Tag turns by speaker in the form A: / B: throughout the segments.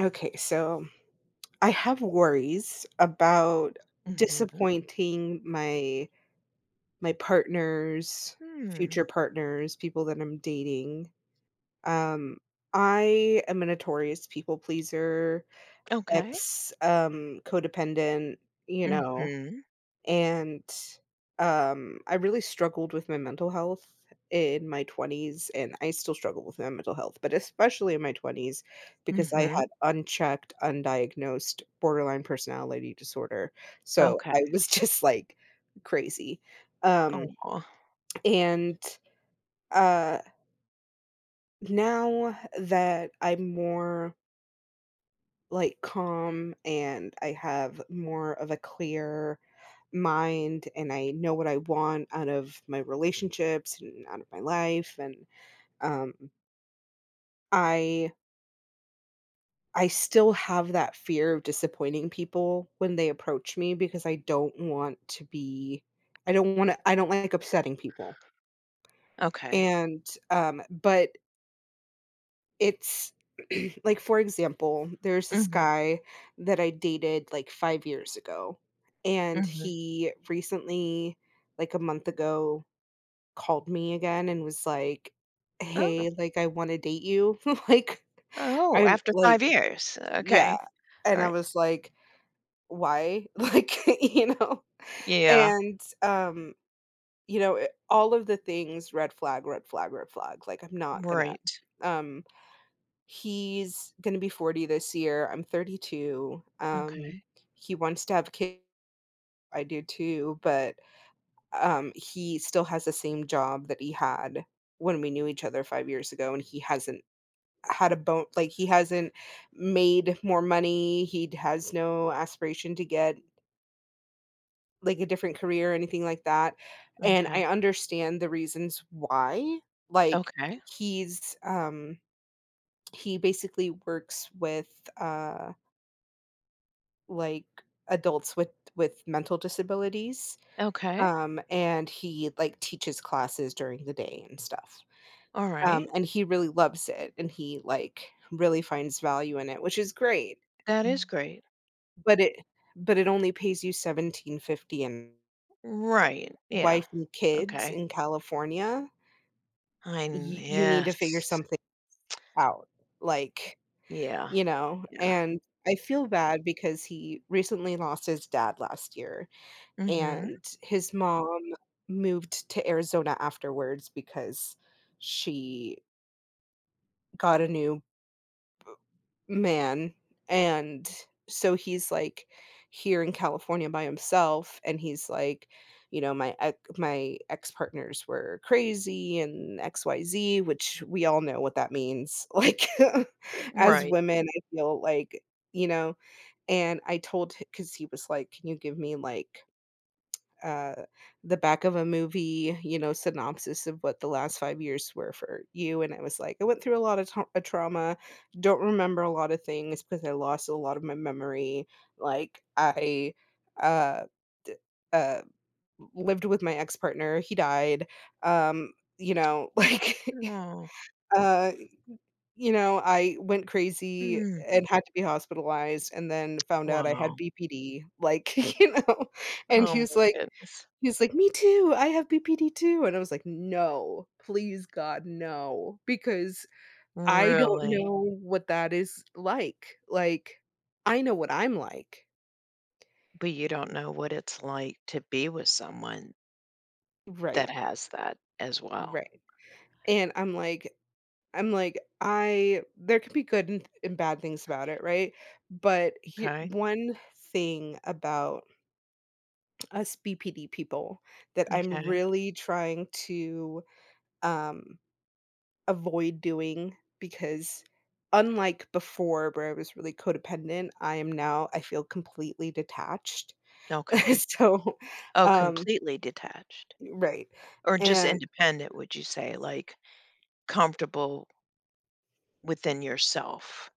A: Okay, so I have worries about
B: Mhm,
A: disappointing my partners,
B: mm,
A: future partners, people that I'm dating. Um I am a notorious people pleaser,
B: okay.
A: ex codependent, you know.
B: Mhm,
A: And, I really struggled with my mental health in my 20s, and I still struggle with my mental health, but especially in my 20s because I
B: mhm,
A: had unchecked, undiagnosed borderline personality disorder. So
B: okay.
A: I was just, like, crazy. Um,
B: Oh, oh,
A: and, uh, now that I'm more like, calm and I have more of a clear mind and I know what I want out of my relationships and out of my life and um I I still have that fear of disappointing people when they approach me because I don't want to be I don't want to I don't like upsetting people.
B: okay.
A: And but it's like, for example, there's this
B: Mhm,
A: guy that I dated, like, 5 years ago, and
B: mhm.
A: he recently, like, a month ago, called me again and was like,
B: Oh,
A: "Hey, like, I wanna date you." Like,
B: oh,
A: I
B: after 5
A: like
B: years,
A: yeah,
B: okay.
A: and I
B: Alright.
A: was like, "Why?" Like, you know?
B: Yeah,
A: And, all of the things, red flag, red flag, red flag, like, I'm not gonna,
B: right.
A: um He's gonna be 40 this year, I'm 32,
B: Okay,
A: he wants to have kids, I do too, but, he still has the same job that he had when we knew each other 5 years ago, and he hasn't had a bone like, he hasn't made more money, he has no aspiration to get, like, a different career or anything like that, and
B: okay,
A: I understand the reasons why, like,
B: okay,
A: he's, he basically works with, like adults with mental disabilities,
B: okay,
A: and he like teaches classes during the day and stuff. Um,
B: alright.
A: and he really loves it, and he like really finds value in it, which is great.
B: That is great.
A: But it only pays you 17.50 and
B: Right, yeah,
A: wife and kids
B: okay.
A: in California,
B: I'm
A: you need to
B: Yes,
A: figure something out, like,
B: yeah, yeah.
A: and I feel bad because he recently lost his dad last year.
B: Mhm,
A: And his mom moved to Arizona afterwards because she got a new man, and so he's, like, here in California by himself, and he's like, "My ex-partners were crazy and XYZ," which we all know what that means, like, as
B: right.
A: women, I feel like, you know, and I told because he was like, "Can you give me, like" uh, the back of a movie, synopsis of what the last 5 years were for you, and I was like, "I went through a lot of tau a trauma, don't remember a lot of things because I lost a lot of my memory." Like, I, uh, d uh, lived with my ex-partner, he died, like,
B: Oh,
A: uh, I went crazy
B: mm,
A: and had to be hospitalized and then found out I had
B: wow.
A: BPD, like, and
B: Oh
A: he was
B: my
A: like
B: goodness.
A: He's like, "Me too, I have BPD too," and I was like, "No, please God, no," because I don't
B: Really?
A: know what that is like, I know what I'm like.
B: But you don't know what it's like to be with someone that
A: Right,
B: has that as well.
A: right, and I'm like, I there could be good and bad things about it, right? But he
B: Okay,
A: one thing about us BPD people that I'm
B: okay,
A: really trying to, um avoid doing because unlike before where I was really codependent, I am now I feel completely detached.
B: okay.
A: So,
B: Oh,
A: um
B: completely detached
A: right.
B: or just
A: And
B: independent, would you say? Like comfortable within yourself?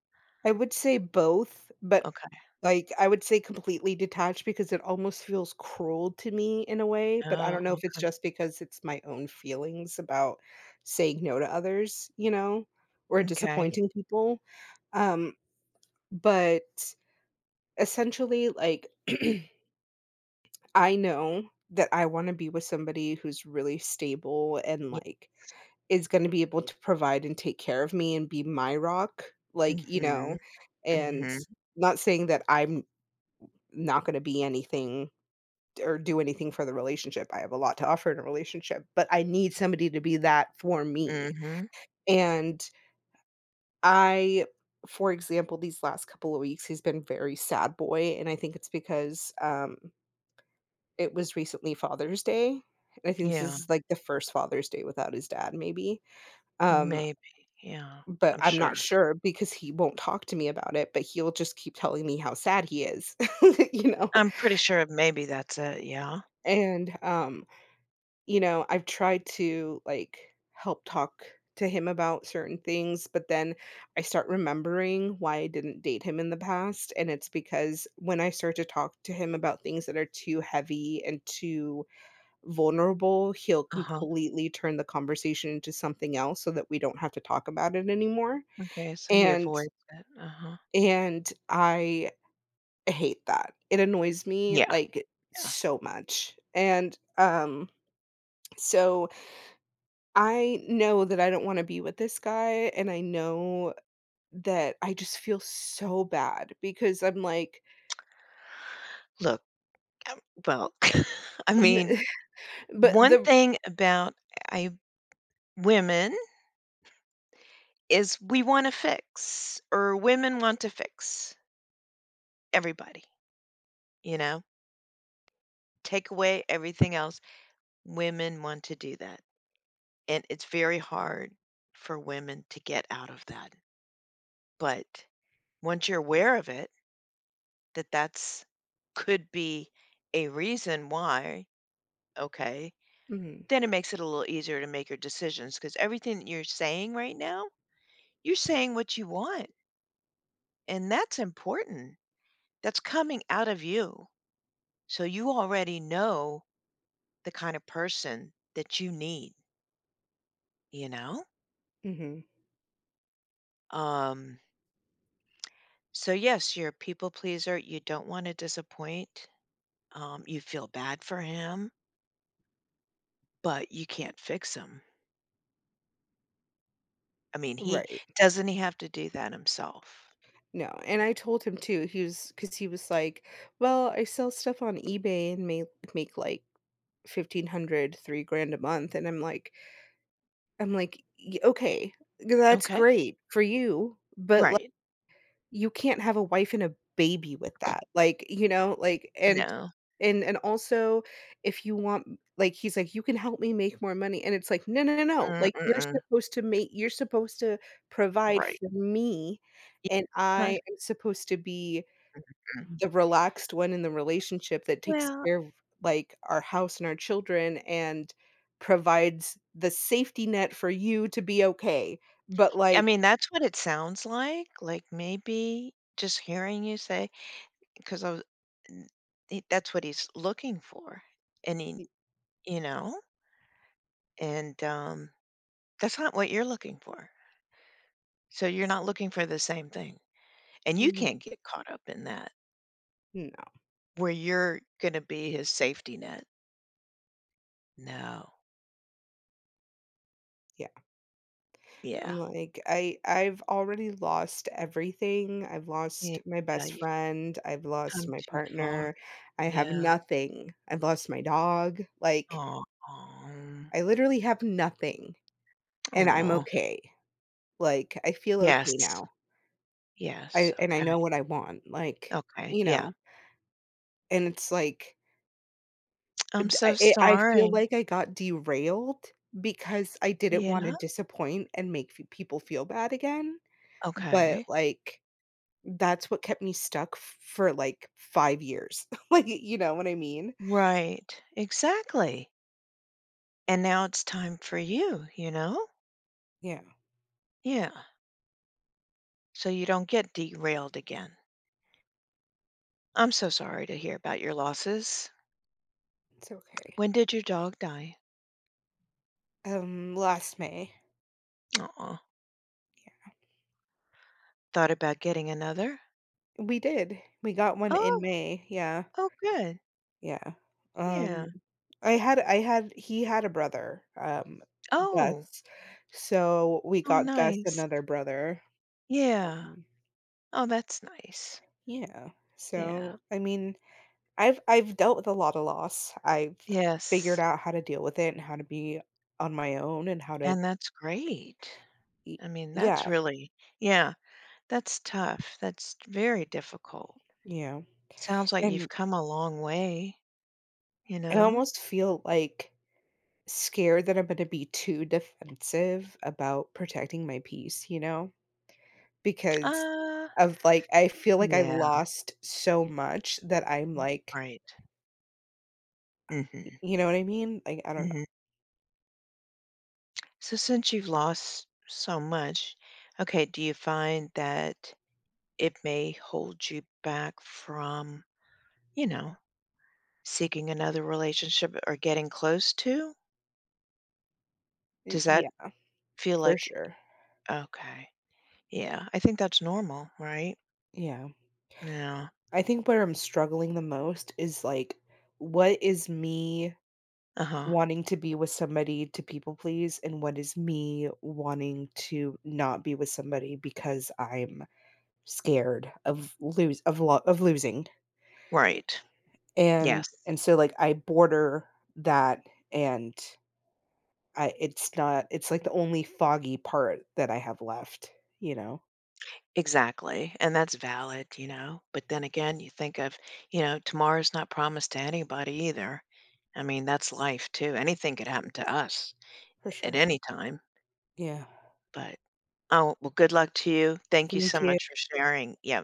A: I would say both, but
B: Okay.
A: like I would say completely detached because it almost feels cruel to me in a way, but I
B: Oh,
A: don't know if it's
B: okay.
A: just because it's my own feelings about saying no to others, you know, or
B: Okay.
A: disappointing people. Um but essentially like I know that I wanna be with somebody who's really stable and,
B: Yeah.
A: like, is gonna be able to provide and take care of me and be my rock, like,
B: Mhm.
A: and
B: Mhm.
A: not saying that I'm not gonna be anything or do anything for the relationship, I have a lot to offer in a relationship, but I need somebody to be that for me,
B: Mhm.
A: and I for example, these last couple of weeks, he's been very sad boy, and I think it's because, it was recently Father's Day, and I think this
B: Yeah.
A: is, like, the first Father's Day without his dad maybe, um,
B: Maybe. Yeah.
A: but
B: I'm
A: I'm not
B: sure.
A: sure because he won't talk to me about it, but he'll just keep telling me how sad he is, you know,
B: I'm pretty sure maybe that's it. Yeah.
A: and, I've tried to, like, help talk to him about certain things, but then I start remembering why I didn't date him in the past, and it's because when I start to talk to him about things that are too heavy and too vulnerable, he'll
B: Uh huh.
A: completely turn the conversation into something else so that we don't have to talk about it anymore,
B: Okay. So he
A: and
B: avoids it. Uh huh.
A: I hate that. It annoys me,
B: Yeah.
A: like,
B: Yeah.
A: so much, and, so I know that I don't wanna be with this guy, and I know that I just feel so bad because I'm like,
B: Look. Um, well, I mean,
A: but
B: one
A: the
B: thing about I women is we want to fix, or women want to fix everybody. You know, take away everything else. Women want to do that, and it's very hard for women to get out of that. But once you're aware of it, that that's could be a reason why. Okay,
A: Mhm,
B: then it makes it a little easier to make your decisions, because everything that you're saying right now. You're saying what you want, and that's important. That's coming out of you. So you already know the kind of person that you need, you know?
A: mhm,
B: Um, so yes, you're a people pleaser. You don't want to disappoint. You feel bad for him, but you can't fix him. I mean, he
A: right.
B: doesn't he have to do that himself?
A: No, and
B: Y-
A: I told him too. He was because he was like, "Well, I sell stuff on eBay and make like 1,500, 3 grand a month." And I'm like, "Okay, that's
B: Okay.
A: great for you, but like
B: Right.
A: you can't have a wife and a baby with that." Like, like and
B: No.
A: and and also if you want like he's like, "You can help me make more money." And it's like, "No, no, no. no. Like you're
B: Mm-mm.
A: supposed to make you're supposed to provide
B: Right.
A: for me."
B: Yeah.
A: And
B: Huh.
A: I am supposed to be
B: Mm.
A: the relaxed one in the relationship that takes
B: Well,
A: care of, like, our house and our children and provides the safety net for you to be okay, but,
B: I
A: like
B: mean, that's what it sounds like, maybe just hearing you say, 'cause I was n he, that's what he's looking for, and he, you know? And, that's not what you're looking for. So you're not looking for the same thing, and
A: m
B: you can't
A: mhm,
B: get caught up in that,
A: no,
B: where you're gonna be his safety net. No.
A: yeah, I'm
B: Yeah.
A: like, I've already lost everything, I've lost my
B: Yeah,
A: best
B: you've
A: friend, I've lost
B: come
A: my
B: too far.
A: partner, I have
B: Yeah.
A: nothing, I've lost my dog, like,
B: Oh. Oh.
A: I literally have nothing, and I'm okay, like, I feel okay
B: Yes.
A: now. I
B: Yes,
A: and I
B: okay,
A: know what I want, like,
B: okay,
A: you
B: yeah.
A: know? And it's like,
B: I'm
A: d
B: so
A: I feel
B: sorry.
A: like I got derailed because I didn't
B: Yeah,
A: wanna disappoint and make f people feel bad again, but,
B: okay.
A: like, that's what kept me stuck f for, like, 5 years. Like, you know what I mean?
B: Right, exactly. And now it's time for you, you know?
A: Yeah,
B: Yeah, so you don't get derailed again. I'm so sorry to hear about your losses.
A: it's okay.
B: When did your dog die?
A: Last May.
B: Oh. Thought about getting another?
A: Yeah. We did. We got one in
B: Oh,
A: May, yeah,
B: oh, good.
A: yeah. Um
B: Yeah.
A: I had he had a brother,
B: Oh,
A: Gus, so we
B: oh,
A: got Gus
B: nice.
A: another brother,
B: Yeah.
A: um,
B: Oh, that's nice.
A: yeah,
B: Yeah.
A: so, I mean, I've dealt with a lot of loss, I've figured
B: Yes.
A: out how to deal with it and how to be on my own and how to
B: And that's great.
A: y
B: I mean,
A: yeah,
B: that's really, yeah. That's tough. That's very difficult.
A: yeah,
B: Sounds like you've
A: and
B: come a long way, you
A: I
B: know?
A: almost feel, like, scared that I'm gonna be too defensive about protecting my peace, you know? Because
B: Uh,
A: of, like I feel like I
B: yeah,
A: lost so much that I'm, like
B: right. Mhm,
A: you know what I mean? Like, I don't know.
B: mhm. So since you've lost so much, okay, do you find that it may hold you back from, you know, seeking another relationship or getting close to?
A: Y
B: Does that
A: yeah,
B: feel
A: for
B: like?
A: sure.
B: Okay. Yeah, I think that's normal, right?
A: Yeah.
B: Yeah.
A: I think where I'm struggling the most is, like, what is me
B: Uh-huh.
A: wanting to be with somebody to people please, and what is me wanting to not be with somebody because I'm scared of lose of lo of losing.
B: Right.
A: And
B: Yes.
A: and so, like, I border that and I it's not it's, like, the only foggy part that I have left, you know?
B: Exactly, and that's valid, you know, but then again, you think of, you know, tomorrow's not promised to anybody either. I mean, that's life too. Anything could happen to us
A: For
B: at
A: sure.
B: any time,
A: Yeah.
B: but oh, well, good luck to you. Thank you so
A: Thank you.
B: much for sharing. Yeah.